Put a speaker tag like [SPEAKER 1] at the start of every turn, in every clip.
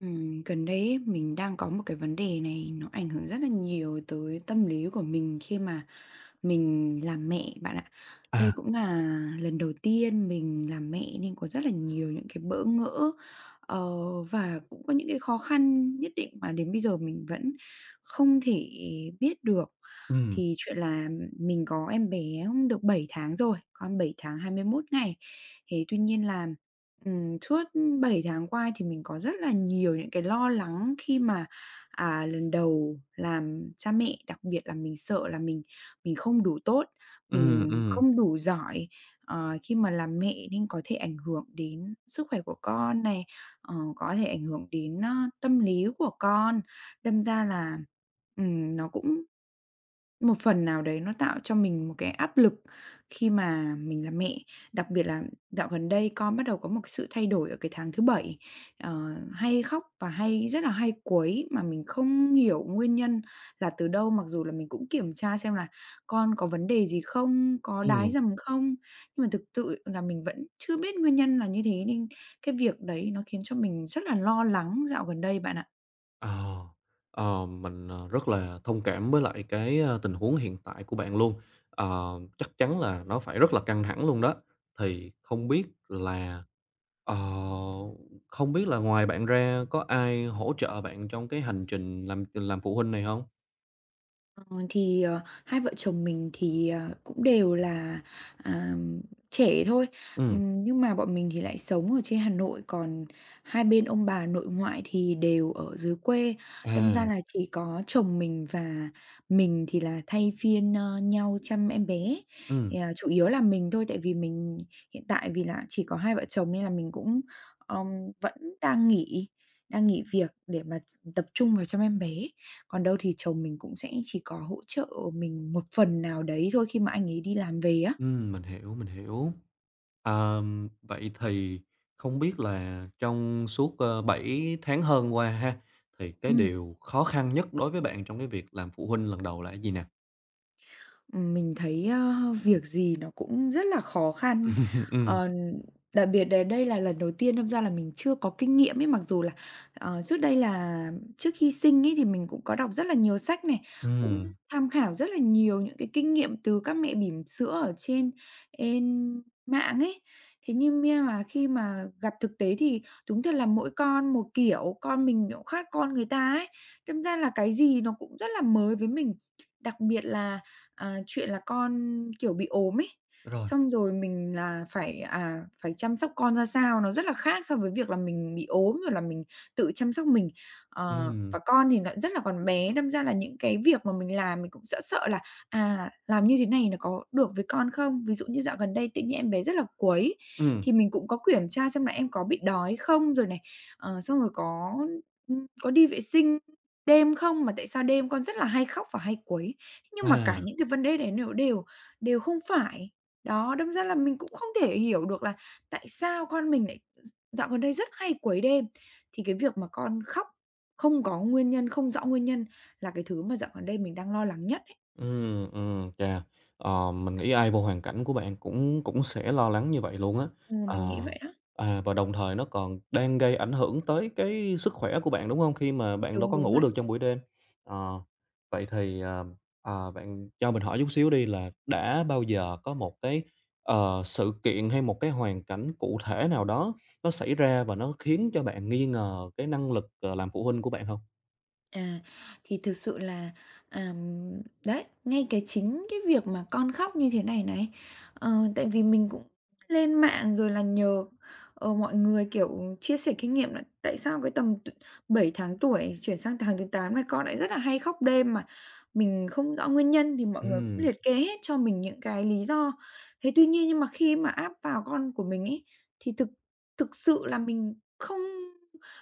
[SPEAKER 1] Gần đây ấy, mình đang có một cái vấn đề này nó ảnh hưởng rất là nhiều tới tâm lý của mình khi mà mình làm mẹ bạn ạ. Đây
[SPEAKER 2] À,
[SPEAKER 1] cũng là lần đầu tiên mình làm mẹ nên có rất là nhiều những cái bỡ ngỡ, ờ, và cũng có những cái khó khăn nhất định mà đến bây giờ mình vẫn không thể biết được.
[SPEAKER 2] ừm,
[SPEAKER 1] Thì chuyện là mình có em bé cũng được 7 tháng rồi, con 7 tháng 21 ngày. Thế tuy nhiên là suốt 7 tháng qua thì mình có rất là nhiều những cái lo lắng khi mà, lần đầu làm cha mẹ, đặc biệt là mình sợ là mình không đủ tốt,
[SPEAKER 2] ừm,
[SPEAKER 1] mình
[SPEAKER 2] ừm,
[SPEAKER 1] không đủ giỏi, khi mà làm mẹ nên có thể ảnh hưởng đến sức khỏe của con này, có thể ảnh hưởng đến, tâm lý của con. Đâm ra là, nó cũng một phần nào đấy nó tạo cho mình một cái áp lực khi mà mình là mẹ, đặc biệt là dạo gần đây con bắt đầu có một cái sự thay đổi ở cái tháng thứ 7, hay khóc và hay rất là hay quấy mà mình không hiểu nguyên nhân là từ đâu, mặc dù là mình cũng kiểm tra xem là con có vấn đề gì không, có đái
[SPEAKER 2] ừm,
[SPEAKER 1] dầm không, nhưng mà thực sự là mình vẫn chưa biết nguyên nhân là như thế nên cái việc đấy nó khiến cho mình rất là lo lắng dạo gần đây bạn ạ.
[SPEAKER 2] ờ, ờ, mình, ờ, Rất là thông cảm với lại tình huống hiện tại của bạn luôn. Ờ, Chắc chắn là nó phải rất là căng thẳng luôn đó. Thì không biết là, ờ, Không biết là ngoài bạn ra có ai hỗ trợ bạn trong cái hành trình làm phụ huynh này hông?
[SPEAKER 1] Ờ, thì, hai vợ chồng mình thì, cũng đều là, à, trẻ thôi,
[SPEAKER 2] Ừm,
[SPEAKER 1] nhưng mà bọn mình thì lại sống ở trên Hà Nội, còn hai bên ông bà nội ngoại thì đều ở dưới quê. Đâm
[SPEAKER 2] à,
[SPEAKER 1] ra là chỉ có chồng mình và mình thì là thay phiên, nhau chăm em bé, thì,
[SPEAKER 2] ừm.
[SPEAKER 1] chủ yếu là mình thôi, tại vì mình hiện tại vì là chỉ có hai vợ chồng nên là mình cũng, ờm, vẫn đang nghỉ đang nghỉ việc để mà tập trung vào chăm em bé. Còn đâu thì chồng mình cũng sẽ chỉ có hỗ trợ mình một phần nào đấy thôi khi mà anh ấy đi làm về á.
[SPEAKER 2] Mình hiểu, mình hiểu. Vậy thì không biết là trong suốt 7 tháng hơn qua ha, thì cái
[SPEAKER 1] Ừm,
[SPEAKER 2] điều khó khăn nhất đối với bạn trong cái việc làm phụ huynh lần đầu là cái gì nè?
[SPEAKER 1] mình thấy, việc gì nó cũng rất là khó khăn,
[SPEAKER 2] Ừm,
[SPEAKER 1] ờ, đặc biệt là đây là lần đầu tiên, đâm ra là mình chưa có kinh nghiệm ấy. Mặc dù là, trước đây là trước khi sinh ấy thì mình cũng có đọc rất là nhiều sách này, cũng
[SPEAKER 2] ừm,
[SPEAKER 1] tham khảo rất là nhiều những cái kinh nghiệm từ các mẹ bỉm sữa ở trên trên mạng ấy. Thế nhưng mà khi mà gặp thực tế thì đúng thật là mỗi con một kiểu, con mình thì cũng khác con người ta ấy, đâm ra là cái gì nó cũng rất là mới với mình. Đặc biệt là chuyện là con, kiểu, bị ốm ấy,
[SPEAKER 2] rồi,
[SPEAKER 1] xong rồi mình là phải, phải chăm sóc con ra sao, nó rất là khác so với việc là mình bị ốm rồi là mình tự chăm sóc mình. Ờ,
[SPEAKER 2] ừm,
[SPEAKER 1] và con thì nó rất là còn bé, đâm ra là những cái việc mà mình làm mình cũng sợ sợ là, làm như thế này nó có được với con không? Ví dụ như dạo gần đây tự nhiên em bé rất là quấy,
[SPEAKER 2] ừm,
[SPEAKER 1] thì mình cũng có kiểm tra xem là em có bị đói không rồi này, xong rồi có đi vệ sinh đêm không, mà tại sao đêm con rất là hay khóc và hay quấy, nhưng mà cả
[SPEAKER 2] à.
[SPEAKER 1] những cái vấn đề đấy đều đều đều không phải. Đó, đâm ra là mình cũng không thể hiểu được là tại sao con mình lại dạo gần đây rất hay quấy đêm. Thì cái việc mà con khóc không có nguyên nhân, không rõ nguyên nhân là cái thứ mà dạo gần đây mình đang lo lắng nhất ấy.
[SPEAKER 2] Ừ, chà, ờ, Mình nghĩ ai vô hoàn cảnh của bạn cũng cũng sẽ lo lắng như vậy luôn á.
[SPEAKER 1] Ừ, mình
[SPEAKER 2] Ờ,
[SPEAKER 1] nghĩ vậy đó.
[SPEAKER 2] và đồng thời nó còn đang gây ảnh hưởng tới cái sức khỏe của bạn, đúng không? Khi mà bạn đâu
[SPEAKER 1] Đúng,
[SPEAKER 2] có
[SPEAKER 1] đúng
[SPEAKER 2] ngủ
[SPEAKER 1] vậy.
[SPEAKER 2] được trong buổi đêm. Ờ, vậy thì, ờ, ờ, Bạn cho mình hỏi chút xíu đi là đã bao giờ có một cái sự kiện hay một cái hoàn cảnh cụ thể nào đó nó xảy ra và nó khiến cho bạn nghi ngờ cái năng lực làm phụ huynh của bạn không?
[SPEAKER 1] À, thì thực sự là, àm, đấy, ngay cái chính cái việc mà con khóc như thế này này, tại vì mình cũng lên mạng rồi là nhờ, mọi người, kiểu, chia sẻ kinh nghiệm là tại sao cái tầm t 7 tháng tuổi chuyển sang tháng thứ 8 này con lại rất là hay khóc đêm mà mình không rõ nguyên nhân thì mọi người cũng
[SPEAKER 2] Ừ,
[SPEAKER 1] liệt kê hết cho mình những cái lý do. Thế tuy nhiên nhưng mà khi mà áp vào con của mình ấy, thì thực thực sự là mình không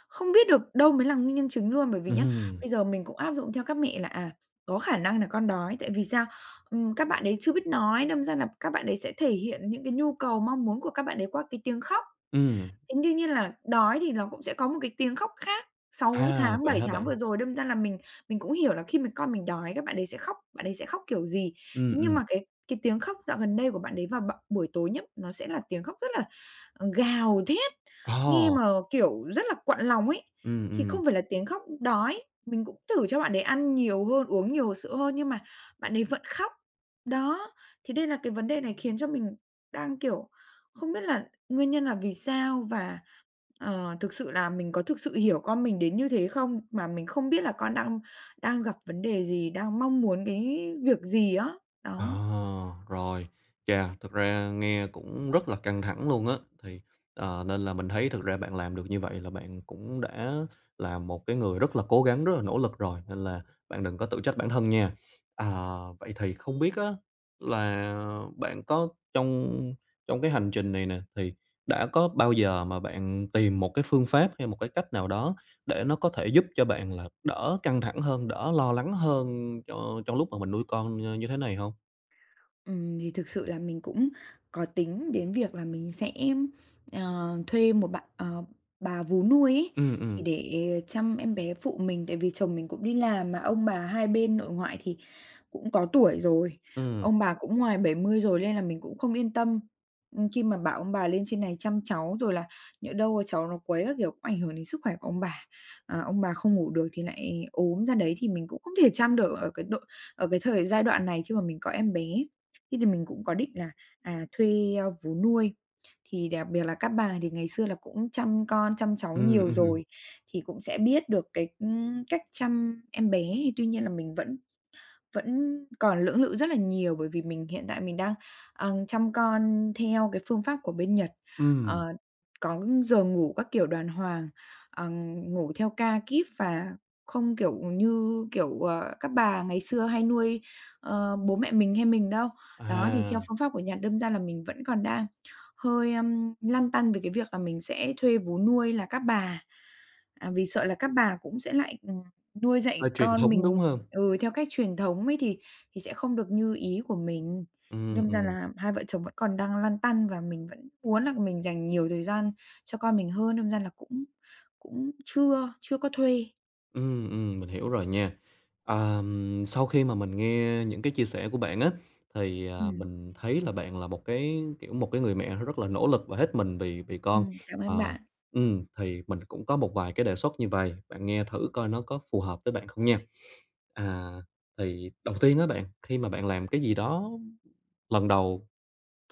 [SPEAKER 1] không biết được đâu mới là nguyên nhân chính luôn. Bởi vì
[SPEAKER 2] ừ,
[SPEAKER 1] nhá, bây giờ mình cũng áp dụng theo các mẹ là, có khả năng là con đói, tại vì sao? Các bạn đấy chưa biết nói, đâm ra là các bạn đấy sẽ thể hiện những cái nhu cầu, mong muốn của các bạn đấy qua cái tiếng khóc.
[SPEAKER 2] ừm.
[SPEAKER 1] Thì đương nhiên là đói thì nó cũng sẽ có một cái tiếng khóc khác. sáu
[SPEAKER 2] À,
[SPEAKER 1] tháng,
[SPEAKER 2] vậy
[SPEAKER 1] bảy
[SPEAKER 2] hả
[SPEAKER 1] tháng
[SPEAKER 2] bạn?
[SPEAKER 1] vừa rồi đâm ra là mình cũng hiểu là khi mà con mình đói các bạn đấy sẽ khóc, bạn ấy sẽ khóc kiểu gì.
[SPEAKER 2] Ừ,
[SPEAKER 1] Thế nhưng
[SPEAKER 2] ừ.
[SPEAKER 1] mà cái tiếng khóc dạo gần đây của bạn đấy vào buổi tối nhá, nó sẽ là tiếng khóc rất là, gào thét, nghe
[SPEAKER 2] Ồ!
[SPEAKER 1] mà, kiểu, rất là quặn lòng ấy.
[SPEAKER 2] Ừ,
[SPEAKER 1] Thì
[SPEAKER 2] ừ.
[SPEAKER 1] không phải là tiếng khóc đói, mình cũng thử cho bạn ấy ăn nhiều hơn, uống nhiều sữa hơn nhưng mà bạn ấy vẫn khóc. Đó, thì đây là cái vấn đề này khiến cho mình đang, kiểu, không biết là nguyên nhân là vì sao? Và, thực sự là mình có thực sự hiểu con mình đến như thế không? Mà mình không biết là con đang đang gặp vấn đề gì, đang mong muốn cái việc gì á.
[SPEAKER 2] À,
[SPEAKER 1] Đó.
[SPEAKER 2] Rồi, chà, thật ra nghe cũng rất là căng thẳng luôn á, thì, nên là mình thấy thực ra bạn làm được như vậy là bạn cũng đã là một cái người rất là cố gắng, rất là nỗ lực rồi, nên là bạn đừng có tự trách bản thân nha. À, vậy thì không biết á là bạn có trong trong cái hành trình này nè, thì đã có bao giờ mà bạn tìm một cái phương pháp hay một cái cách nào đó để nó có thể giúp cho bạn là đỡ căng thẳng hơn, đỡ lo lắng hơn cho trong lúc mà mình nuôi con như thế này không?
[SPEAKER 1] Thì thực sự là mình cũng có tính đến việc là mình sẽ, thuê bà vú nuôi ấy,
[SPEAKER 2] Ừm, ừm.
[SPEAKER 1] thì để chăm em bé phụ mình, tại vì chồng mình cũng đi làm mà ông bà hai bên nội ngoại thì cũng có tuổi rồi,
[SPEAKER 2] Ừm.
[SPEAKER 1] ông bà cũng ngoài 70 rồi nên là mình cũng không yên tâm. Khi mà bảo ông bà lên trên này chăm cháu rồi là nhỡ đâu cháu nó quấy các kiểu cũng ảnh hưởng đến sức khỏe của ông bà. À, ông bà không ngủ được thì lại ốm ra đấy thì mình cũng không thể chăm được ở cái độ ở cái thời giai đoạn này khi mà mình có em bé. Thế thì mình cũng có định là, thuê, vú nuôi, thì đặc biệt là các bà thì ngày xưa là cũng chăm con, chăm cháu
[SPEAKER 2] Ừm,
[SPEAKER 1] nhiều
[SPEAKER 2] ừm,
[SPEAKER 1] rồi, thì cũng sẽ biết được cái, cách chăm em bé. Thì tuy nhiên là mình vẫn vẫn còn lưỡng lự rất là nhiều bởi vì mình hiện tại mình đang, chăm con theo cái phương pháp của bên Nhật. Ờ,
[SPEAKER 2] ừm,
[SPEAKER 1] có giờ ngủ các kiểu đàng hoàng, ờ, ngủ theo ca kíp và không, kiểu, như, kiểu, các bà ngày xưa hay nuôi, bố mẹ mình hay mình đâu. Đó, thì
[SPEAKER 2] à,
[SPEAKER 1] theo phương pháp của Nhật đâm ra là mình vẫn còn đang hơi, lăn tăn về cái việc là mình sẽ thuê vú nuôi là các bà, vì sợ là các bà cũng sẽ lại, nuôi dạy
[SPEAKER 2] Hơi truyền
[SPEAKER 1] con
[SPEAKER 2] thống, đúng
[SPEAKER 1] mình.
[SPEAKER 2] hông?
[SPEAKER 1] Ừ, theo cách truyền thống ấy thì sẽ không được như ý của mình.
[SPEAKER 2] Ừm,
[SPEAKER 1] Đâm ra
[SPEAKER 2] ừm,
[SPEAKER 1] là hai vợ chồng vẫn còn đang lăn tăn và mình vẫn muốn là mình dành nhiều thời gian cho con mình hơn, đâm ra là cũng cũng chưa chưa có thuê.
[SPEAKER 2] mình hiểu rồi nha. Sau khi mà mình nghe những cái chia sẻ của bạn á,
[SPEAKER 1] Ừm,
[SPEAKER 2] mình thấy là bạn là một cái, kiểu, một cái người mẹ rất là nỗ lực và hết mình vì vì con.
[SPEAKER 1] Cảm ơn
[SPEAKER 2] Ờ,
[SPEAKER 1] bạn.
[SPEAKER 2] thì mình cũng có một vài cái đề xuất như vầy, bạn nghe thử coi nó có phù hợp với bạn không nha. À, thì đầu tiên á bạn, khi mà bạn làm cái gì đó lần đầu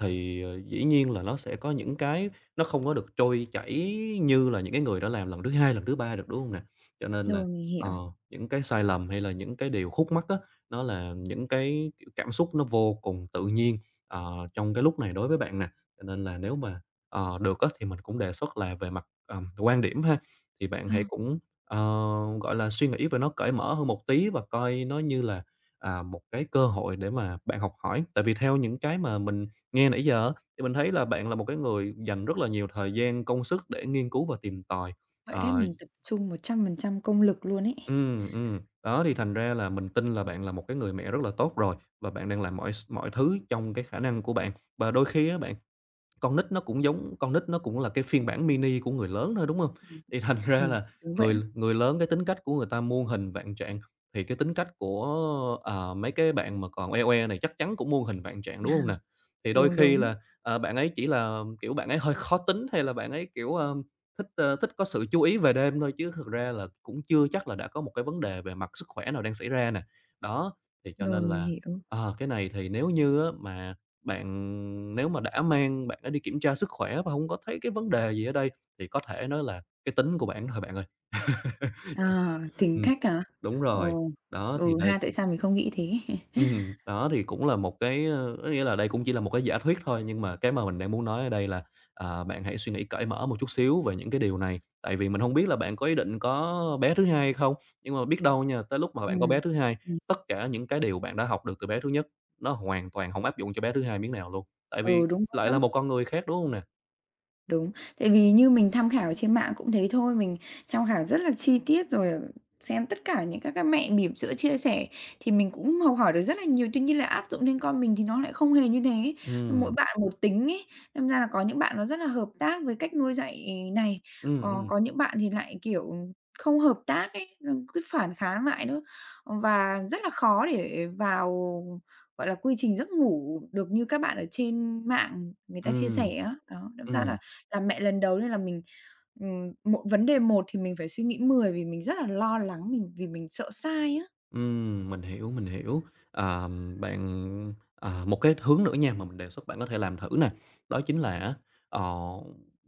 [SPEAKER 2] thì dĩ nhiên là nó sẽ có những cái nó không có được trôi chảy như là những cái người đã làm lần thứ hai, lần thứ ba được, đúng không nè? Cho nên là,
[SPEAKER 1] Rồi, mình
[SPEAKER 2] ờ,
[SPEAKER 1] hiểu.
[SPEAKER 2] Những cái sai lầm hay là những cái điều khúc mắc á, nó là những cái, kiểu, cảm xúc nó vô cùng tự nhiên, ờ, trong cái lúc này đối với bạn nè. Cho nên là nếu mà được á thì mình cũng đề xuất là về mặt quan điểm ha, thì bạn
[SPEAKER 1] Ờ,
[SPEAKER 2] hãy ờ, gọi là, suy nghĩ về nó cởi mở hơn một tí và coi nó như là một cái cơ hội để mà bạn học hỏi. Tại vì theo những cái mà mình nghe nãy giờ á, thì mình thấy là bạn là một cái người dành rất là nhiều thời gian, công sức để nghiên cứu và tìm tòi.
[SPEAKER 1] vậy đấy,
[SPEAKER 2] Ờ,
[SPEAKER 1] mình tập trung 100% công lực luôn ấy.
[SPEAKER 2] thì thành ra là mình tin là bạn là một cái người mẹ rất là tốt rồi, và bạn đang làm mọi mọi thứ trong cái khả năng của bạn. Và đôi khi á, bạn con nít nó cũng giống con nít nó cũng là cái phiên bản mini của người lớn thôi, đúng hông?
[SPEAKER 1] Ừm.
[SPEAKER 2] Thì thành ra là
[SPEAKER 1] Đúng vậy
[SPEAKER 2] người
[SPEAKER 1] á,
[SPEAKER 2] người lớn cái tính cách của người ta muôn hình vạn trạng, thì cái tính cách của, ờ, mấy cái bạn mà còn oe oe này chắc chắn cũng muôn hình vạn trạng, đúng hông nè? Thì đôi
[SPEAKER 1] đúng,
[SPEAKER 2] khi
[SPEAKER 1] đúng.
[SPEAKER 2] là, ờ, bạn ấy chỉ là, kiểu, bạn ấy hơi khó tính hay là bạn ấy, kiểu, ờ, thích có sự chú ý về đêm thôi, chứ thực ra là cũng chưa chắc là đã có một cái vấn đề về mặt sức khỏe nào đang xảy ra nè. Đó, thì cho
[SPEAKER 1] Rồi,
[SPEAKER 2] nên
[SPEAKER 1] mình
[SPEAKER 2] là,
[SPEAKER 1] hiểu.
[SPEAKER 2] ờ, cái này thì nếu như á mà bạn nếu mà đã mang bạn đã đi kiểm tra sức khỏe và hông có thấy cái vấn đề gì ở đây thì có thể nó là cái tính của bạn thôi bạn ơi.
[SPEAKER 1] À, tính
[SPEAKER 2] Ừm,
[SPEAKER 1] cách à?
[SPEAKER 2] Đúng rồi.
[SPEAKER 1] Ồ,
[SPEAKER 2] Đó, thì
[SPEAKER 1] ừ
[SPEAKER 2] đây
[SPEAKER 1] ha, tại sao mình không nghĩ thế.
[SPEAKER 2] đó thì cũng là một cái, có nghĩa là đây cũng chỉ là một cái giả thuyết thôi, nhưng mà cái mà mình đang muốn nói ở đây là bạn hãy suy nghĩ cởi mở một chút xíu về những cái điều này. Tại vì mình hông biết là bạn có ý định có bé thứ hai hay không, nhưng mà biết đâu nha, tới lúc mà bạn có bé
[SPEAKER 1] Ừm.
[SPEAKER 2] thứ hai,
[SPEAKER 1] Ừm,
[SPEAKER 2] tất cả những cái điều bạn đã học được từ bé thứ nhất nó hoàn toàn hổng áp dụng cho bé thứ hai miếng nào luôn, tại vì
[SPEAKER 1] ừ, đúng rồi
[SPEAKER 2] lại là
[SPEAKER 1] đó.
[SPEAKER 2] một con người khác, đúng hông nè?
[SPEAKER 1] Đúng, tại vì như mình tham khảo trên mạng cũng thế thôi, mình tham khảo rất là chi tiết rồi, xem tất cả những các cái mẹo bỉm sữa chia sẻ thì mình cũng học hỏi được rất là nhiều. Tuy nhiên là áp dụng lên con mình thì nó lại không hề như thế, mỗi
[SPEAKER 2] Ừm,
[SPEAKER 1] bạn một tính ấy, đâm ra là có những bạn nó rất là hợp tác với cách nuôi dạy này,
[SPEAKER 2] ừm,
[SPEAKER 1] có
[SPEAKER 2] ừm,
[SPEAKER 1] có những bạn thì lại, kiểu, không hợp tác ấy, nó cứ phản kháng lại nữa, và rất là khó để vào, gọi là, quy trình giấc ngủ được như các bạn ở trên mạng người ta chia
[SPEAKER 2] ừm,
[SPEAKER 1] sẻ á. Đó, đâm ra
[SPEAKER 2] ừm.
[SPEAKER 1] là mẹ lần đầu nên là mình, một vấn đề một thì mình phải suy nghĩ 10 vì mình rất là lo lắng, vì mình sợ sai á.
[SPEAKER 2] Mình hiểu, mình hiểu. À, bạn à, một cái hướng nữa nha mà mình đề xuất bạn có thể làm thử nè, đó chính là á, ờ,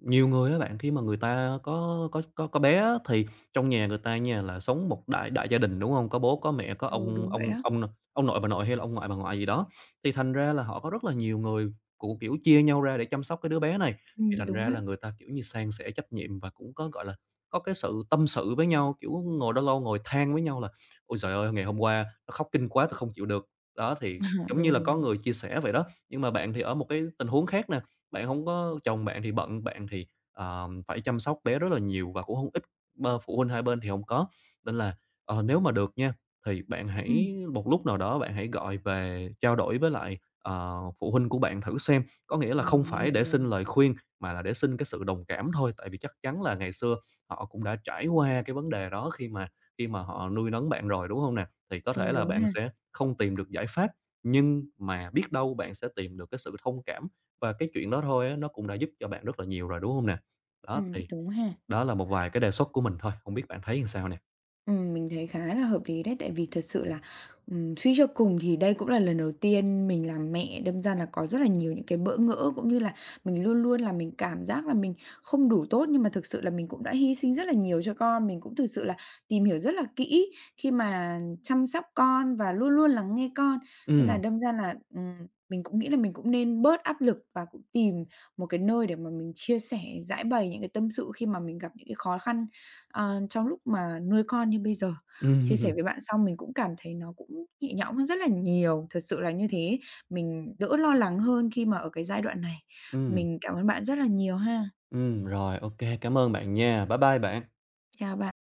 [SPEAKER 2] nhiều người á bạn, khi mà người ta có bé á, thì trong nhà người ta nha là sống một đại đại gia đình, đúng không? Có bố, có mẹ, có
[SPEAKER 1] Ừ, đúng vậy đó.
[SPEAKER 2] ông nội, bà nội hay là ông ngoại, bà ngoại gì đó, thì thành ra là họ có rất là nhiều người cũng, kiểu, chia nhau ra để chăm sóc cái đứa bé này, thì thành
[SPEAKER 1] Đúng
[SPEAKER 2] ra
[SPEAKER 1] vậy.
[SPEAKER 2] là người ta, kiểu như, san sẻ trách nhiệm và cũng có, gọi là, có cái sự tâm sự với nhau, kiểu, ngồi đó lâu ngồi than với nhau là "Ôi trời ơi, ngày hôm qua nó khóc kinh quá, tôi không chịu được." Đó, thì
[SPEAKER 1] À,
[SPEAKER 2] giống như
[SPEAKER 1] đúng,
[SPEAKER 2] là
[SPEAKER 1] đúng,
[SPEAKER 2] có
[SPEAKER 1] đúng.
[SPEAKER 2] người chia sẻ vậy đó, nhưng mà bạn thì ở một cái tình huống khác nè, bạn không có chồng bạn thì bận, bạn thì phải chăm sóc bé rất là nhiều và cũng không ít bơ phụ huynh hai bên thì không có. Nên là, Nếu mà được nha, thì bạn
[SPEAKER 1] Ừm,
[SPEAKER 2] hãy một lúc nào đó bạn hãy gọi về trao đổi với lại phụ huynh của bạn thử xem, có nghĩa là
[SPEAKER 1] ờ,
[SPEAKER 2] không
[SPEAKER 1] mình
[SPEAKER 2] phải
[SPEAKER 1] hiểu
[SPEAKER 2] để
[SPEAKER 1] rồi.
[SPEAKER 2] xin lời khuyên mà là để xin cái sự đồng cảm thôi, tại vì chắc chắn là ngày xưa họ cũng đã trải qua cái vấn đề đó khi mà họ nuôi nấng bạn rồi, đúng không nè? Thì có
[SPEAKER 1] Đúng,
[SPEAKER 2] thể là
[SPEAKER 1] đúng
[SPEAKER 2] bạn
[SPEAKER 1] ha.
[SPEAKER 2] sẽ không tìm được giải pháp, nhưng mà biết đâu bạn sẽ tìm được cái sự thông cảm và cái chuyện đó thôi á, nó cũng đã giúp cho bạn rất là nhiều rồi, đúng không nè? Đó, thì
[SPEAKER 1] Đúng ha.
[SPEAKER 2] đó là một vài cái đề xuất của mình thôi, không biết bạn thấy làm sao nè?
[SPEAKER 1] Mình thấy khá là hợp lý đấy, tại vì thật sự là, suy cho cùng thì đây cũng là lần đầu tiên mình làm mẹ, đâm ra là có rất là nhiều những cái bỡ ngỡ, cũng như là mình luôn luôn là mình cảm giác là mình không đủ tốt. Nhưng mà thực sự là mình cũng đã hy sinh rất là nhiều cho con, mình cũng thực sự là tìm hiểu rất là kỹ khi mà chăm sóc con và luôn luôn lắng nghe con. Nên
[SPEAKER 2] Ừm,
[SPEAKER 1] là đâm ra là, mình cũng nghĩ là mình cũng nên bớt áp lực và cũng tìm một cái nơi để mà mình chia sẻ, giải bày những cái tâm sự khi mà mình gặp những cái khó khăn. Ờ, trong lúc mà nuôi con như bây giờ, chia sẻ
[SPEAKER 2] ừm,
[SPEAKER 1] với bạn xong mình cũng cảm thấy nó cũng nhẹ nhõm hơn rất là nhiều, thật sự là như thế. Mình đỡ lo lắng hơn khi mà ở cái giai đoạn này.
[SPEAKER 2] ừm,
[SPEAKER 1] Mình cảm ơn bạn rất là nhiều ha.
[SPEAKER 2] rồi, ok cảm ơn bạn nha. Bye bye bạn.
[SPEAKER 1] Chào bạn.